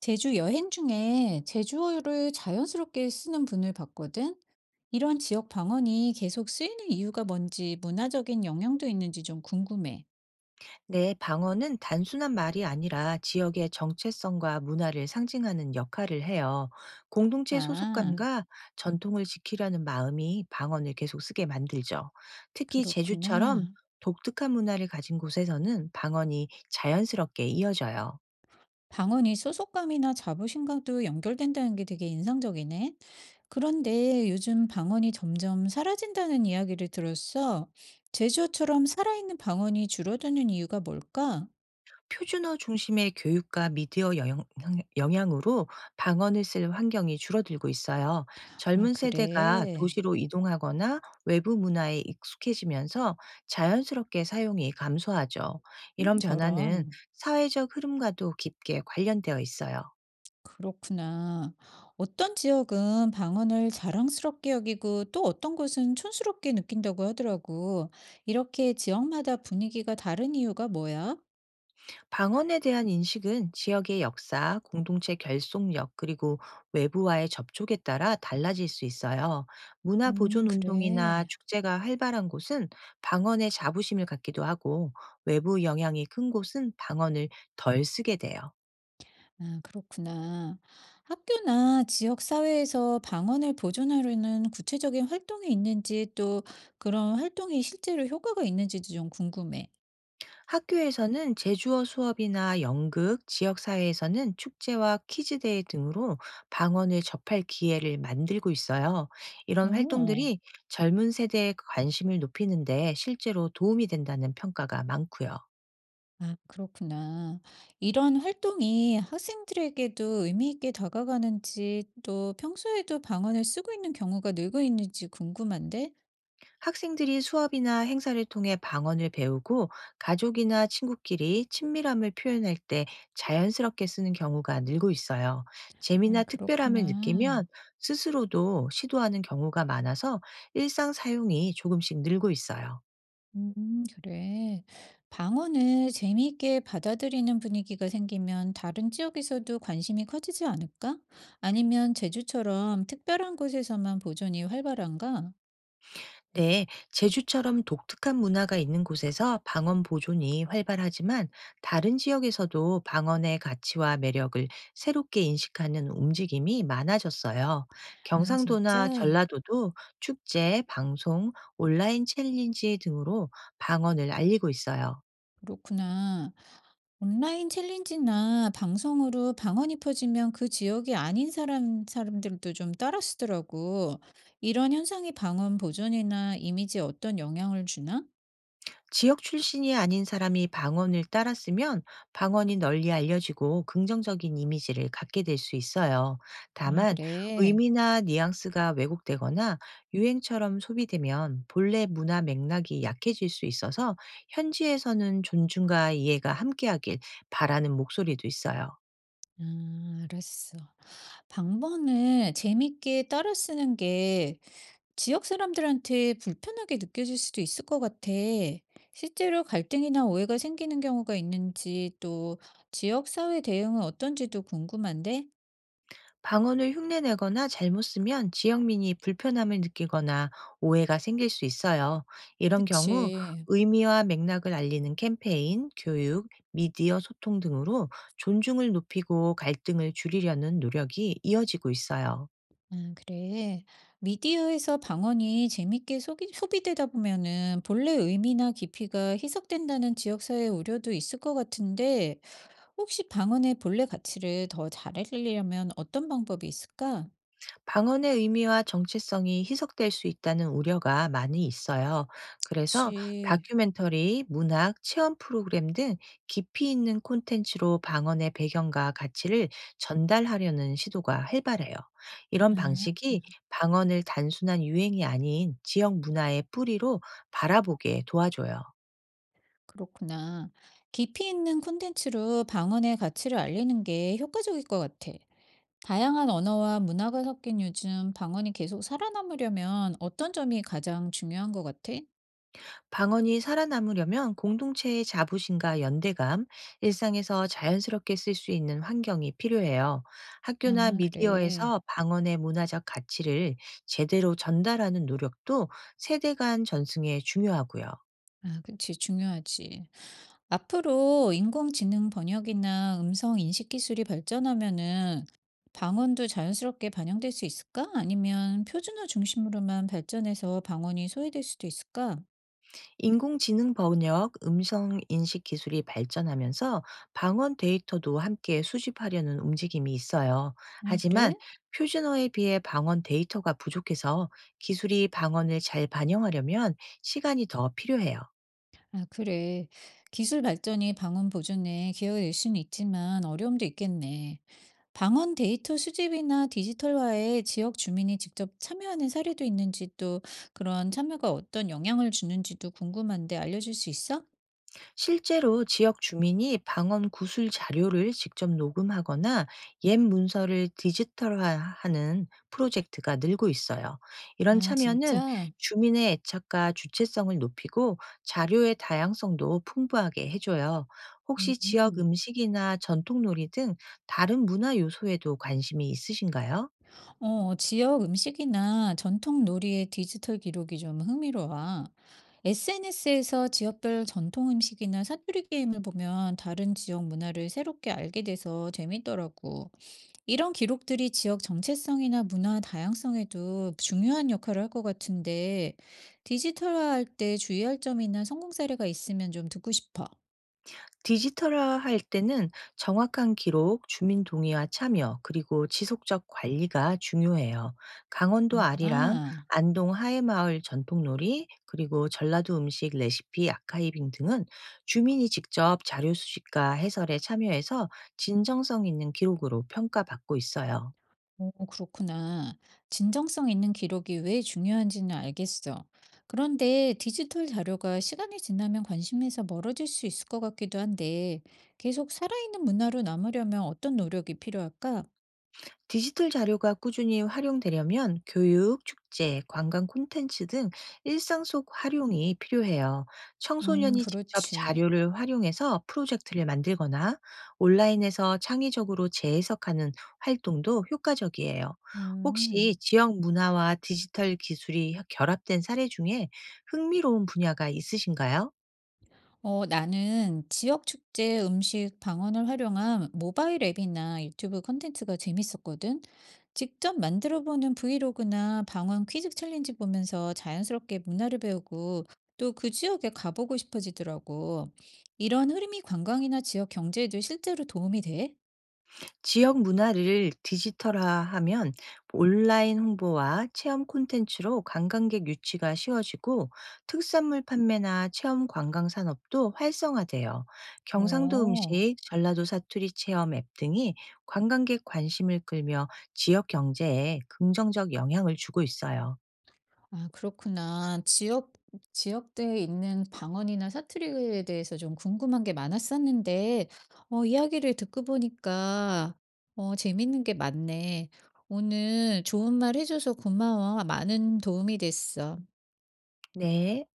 제주 여행 중에 제주어를 자연스럽게 쓰는 분을 봤거든. 이런 지역 방언이 계속 쓰이는 이유가 뭔지 문화적인 영향도 있는지 좀 궁금해. 네, 방언은 단순한 말이 아니라 지역의 정체성과 문화를 상징하는 역할을 해요. 공동체 아, 소속감과 전통을 지키려는 마음이 방언을 계속 쓰게 만들죠. 특히 제주처럼 그렇구나. 독특한 문화를 가진 곳에서는 방언이 자연스럽게 이어져요. 방언이 소속감이나 자부심과도 연결된다는 게 되게 인상적이네. 그런데 요즘 방언이 점점 사라진다는 이야기를 들었어. 제주어처럼 살아있는 방언이 줄어드는 이유가 뭘까? 표준어 중심의 교육과 미디어 영향, 으로 방언을 쓸 환경이 줄어들고 있어요. 아, 젊은 세대가 그래. 도시로 이동하거나 외부 문화에 익숙해지면서 자연스럽게 사용이 감소하죠. 이런 변화는 저런. 사회적 흐름과도 깊게 관련되어 있어요. 그렇구나. 어떤 지역은 방언을 자랑스럽게 여기고 또 어떤 곳은 촌스럽게 느낀다고 하더라고. 이렇게 지역마다 분위기가 다른 이유가 뭐야? 방언에 대한 인식은 지역의 역사, 공동체 결속력, 그리고 외부와의 접촉에 따라 달라질 수 있어요. 문화 보존 운동이나 그래. 축제가 활발한 곳은 방언에 자부심을 갖기도 하고, 외부 영향이 큰 곳은 방언을 덜 쓰게 돼요. 아, 그렇구나. 학교나 지역 사회에서 방언을 보존하려는 구체적인 활동이 있는지 또 그런 활동이 실제로 효과가 있는지도 좀 궁금해. 학교에서는 제주어 수업이나 연극, 지역사회에서는 축제와 퀴즈대회 등으로 방언을 접할 기회를 만들고 있어요. 이런 오. 활동들이 젊은 세대의 관심을 높이는데 실제로 도움이 된다는 평가가 많고요. 아, 그렇구나. 이런 활동이 학생들에게도 의미 있게 다가가는지 또 평소에도 방언을 쓰고 있는 경우가 늘고 있는지 궁금한데? 학생들이 수업이나 행사를 통해 방언을 배우고 가족이나 친구끼리 친밀함을 표현할 때 자연스럽게 쓰는 경우가 늘고 있어요. 아, 재미나 특별함을 느끼면 그렇구나. 스스로도 시도하는 경우가 많아서 일상 사용이 조금씩 늘고 있어요. 그래. 방언을 재미있게 받아들이는 분위기가 생기면 다른 지역에서도 관심이 커지지 않을까? 아니면 제주처럼 특별한 곳에서만 보존이 활발한가? 네, 제주처럼 독특한 문화가 있는 곳에서 방언 보존이 활발하지만 다른 지역에서도 방언의 가치와 매력을 새롭게 인식하는 움직임이 많아졌어요. 아, 경상도나 진짜? 전라도도 축제, 방송, 온라인 챌린지 등으로 방언을 알리고 있어요. 그렇구나. 온라인 챌린지나 방송으로 방언이 퍼지면 그 지역이 아닌 사람들도 좀 따라 쓰더라고. 이런 현상이 방언 보존이나 이미지에 어떤 영향을 주나? 지역 출신이 아닌 사람이 방언을 따라 쓰면 방언이 널리 알려지고 긍정적인 이미지를 갖게 될 수 있어요. 아, 다만 그래. 의미나 뉘앙스가 왜곡되거나 유행처럼 소비되면 본래 문화 맥락이 약해질 수 있어서 현지에서는 존중과 이해가 함께하길 바라는 목소리도 있어요. 아, 알았어. 방언을 재밌게 따라 쓰는 게 지역 사람들한테 불편하게 느껴질 수도 있을 것 같아. 실제로 갈등이나 오해가 생기는 경우가 있는지 또 지역 사회 대응은 어떤지도 궁금한데? 방언을 흉내내거나 잘못 쓰면 지역민이 불편함을 느끼거나 오해가 생길 수 있어요. 이런 경우 그치. 의미와 맥락을 알리는 캠페인, 교육, 미디어 소통 등으로 존중을 높이고 갈등을 줄이려는 노력이 이어지고 있어요. 아 그래. 미디어에서 방언이 재밌게 소 소비되다 보면은 본래 의미나 깊이가 희석된다는 지역사회의 우려도 있을 것 같은데 혹시 방언의 본래 가치를 더 잘 알리려면 어떤 방법이 있을까? 방언의 의미와 정체성이 희석될 수 있다는 우려가 많이 있어요. 그래서 그치. 다큐멘터리, 문학, 체험 프로그램 등 깊이 있는 콘텐츠로 방언의 배경과 가치를 전달하려는 시도가 활발해요. 이런 아 방식이 방언을 단순한 유행이 아닌 지역 문화의 뿌리로 바라보게 도와줘요. 그렇구나. 깊이 있는 콘텐츠로 방언의 가치를 알리는 게 효과적일 것 같아. 다양한 언어와 문화가 섞인 요즘 방언이 계속 살아남으려면 어떤 점이 가장 중요한 것 같아? 방언이 살아남으려면 공동체의 자부심과 연대감, 일상에서 자연스럽게 쓸 수 있는 환경이 필요해요. 학교나 아 그래. 미디어에서 방언의 문화적 가치를 제대로 전달하는 노력도 세대 간 전승에 중요하고요. 아 그치. 중요하지. 앞으로 인공지능 번역이나 음성 인식 기술이 발전하면은 방언도 자연스럽게 반영될 수 있을까? 아니면 표준어 중심으로만 발전해서 방언이 소외될 수도 있을까? 인공지능 번역, 음성 인식 기술이 발전하면서 방언 데이터도 함께 수집하려는 움직임이 있어요. 아 하지만 그래? 표준어에 비해 방언 데이터가 부족해서 기술이 방언을 잘 반영하려면 시간이 더 필요해요. 아, 그래. 기술 발전이 방언 보존에 기여할 수는 있지만 어려움도 있겠네. 방언 데이터 수집이나 디지털화에 지역 주민이 직접 참여하는 사례도 있는지 또 그런 참여가 어떤 영향을 주는지도 궁금한데 알려줄 수 있어? 실제로 지역 주민이 방언 구술 자료를 직접 녹음하거나 옛 문서를 디지털화하는 프로젝트가 늘고 있어요. 이런 아, 참여는 진짜? 주민의 애착과 주체성을 높이고 자료의 다양성도 풍부하게 해줘요. 음. 혹시 지역 음. 음식이나 전통놀이 등 다른 문화 요소에도 관심이 있으신가요? 어, 지역 음식이나 전통 놀이의 디지털 기록이 좀 흥미로워. SNS에서 지역별 전통 음식이나 사투리 게임을 보면 다른 지역 문화를 새롭게 알게 돼서 재밌더라고. 이런 기록들이 지역 정체성이나 문화 다양성에도 중요한 역할을 할 것 같은데, 디지털화할 때 주의할 점이나 성공 사례가 있으면 좀 듣고 싶어. 디지털화할 때는 정확한 기록, 주민 동의와 참여, 그리고 지속적 관리가 중요해요. 강원도 아리랑, 아. 안동 하회마을 전통놀이, 그리고 전라도 음식 레시피 아카이빙 등은 주민이 직접 자료 수집과 해설에 참여해서 진정성 있는 기록으로 평가받고 있어요. 오, 그렇구나. 진정성 있는 기록이 왜 중요한지는 알겠어. 그런데 디지털 자료가 시간이 지나면 관심에서 멀어질 수 있을 것 같기도 한데, 계속 살아있는 문화로 남으려면 어떤 노력이 필요할까? 디지털 자료가 꾸준히 활용되려면 교육, 축제, 관광 콘텐츠 등 일상 속 활용이 필요해요. 청소년이 직접 그렇지. 자료를 활용해서 프로젝트를 만들거나 온라인에서 창의적으로 재해석하는 활동도 효과적이에요. 음. 혹시 지역 문화와 디지털 기술이 결합된 사례 중에 흥미로운 분야가 있으신가요? 어, 나는 지역 축제 음식 방언을 활용한 모바일 앱이나 유튜브 콘텐츠가 재밌었거든. 직접 만들어 보는 브이로그나 방언 퀴즈 챌린지 보면서 자연스럽게 문화를 배우고 또 그 지역에 가보고 싶어지더라고. 이런 흐름이 관광이나 지역 경제에도 실제로 도움이 돼? 지역 문화를 디지털화하면 온라인 홍보와 체험 콘텐츠로 관광객 유치가 쉬워지고 특산물 판매나 체험 관광 산업도 활성화돼요. 경상도 어. 음식, 전라도 사투리 체험 앱 등이 관광객 관심을 끌며 지역 경제에 긍정적 영향을 주고 있어요. 아 그렇구나. 지역대에 있는 방언이나 사투리에 대해서 좀 궁금한 게 많았었는데 어 이야기를 듣고 보니까 어 재밌는 게 많네. 오늘 좋은 말 해 줘서 고마워. 많은 도움이 됐어. 네.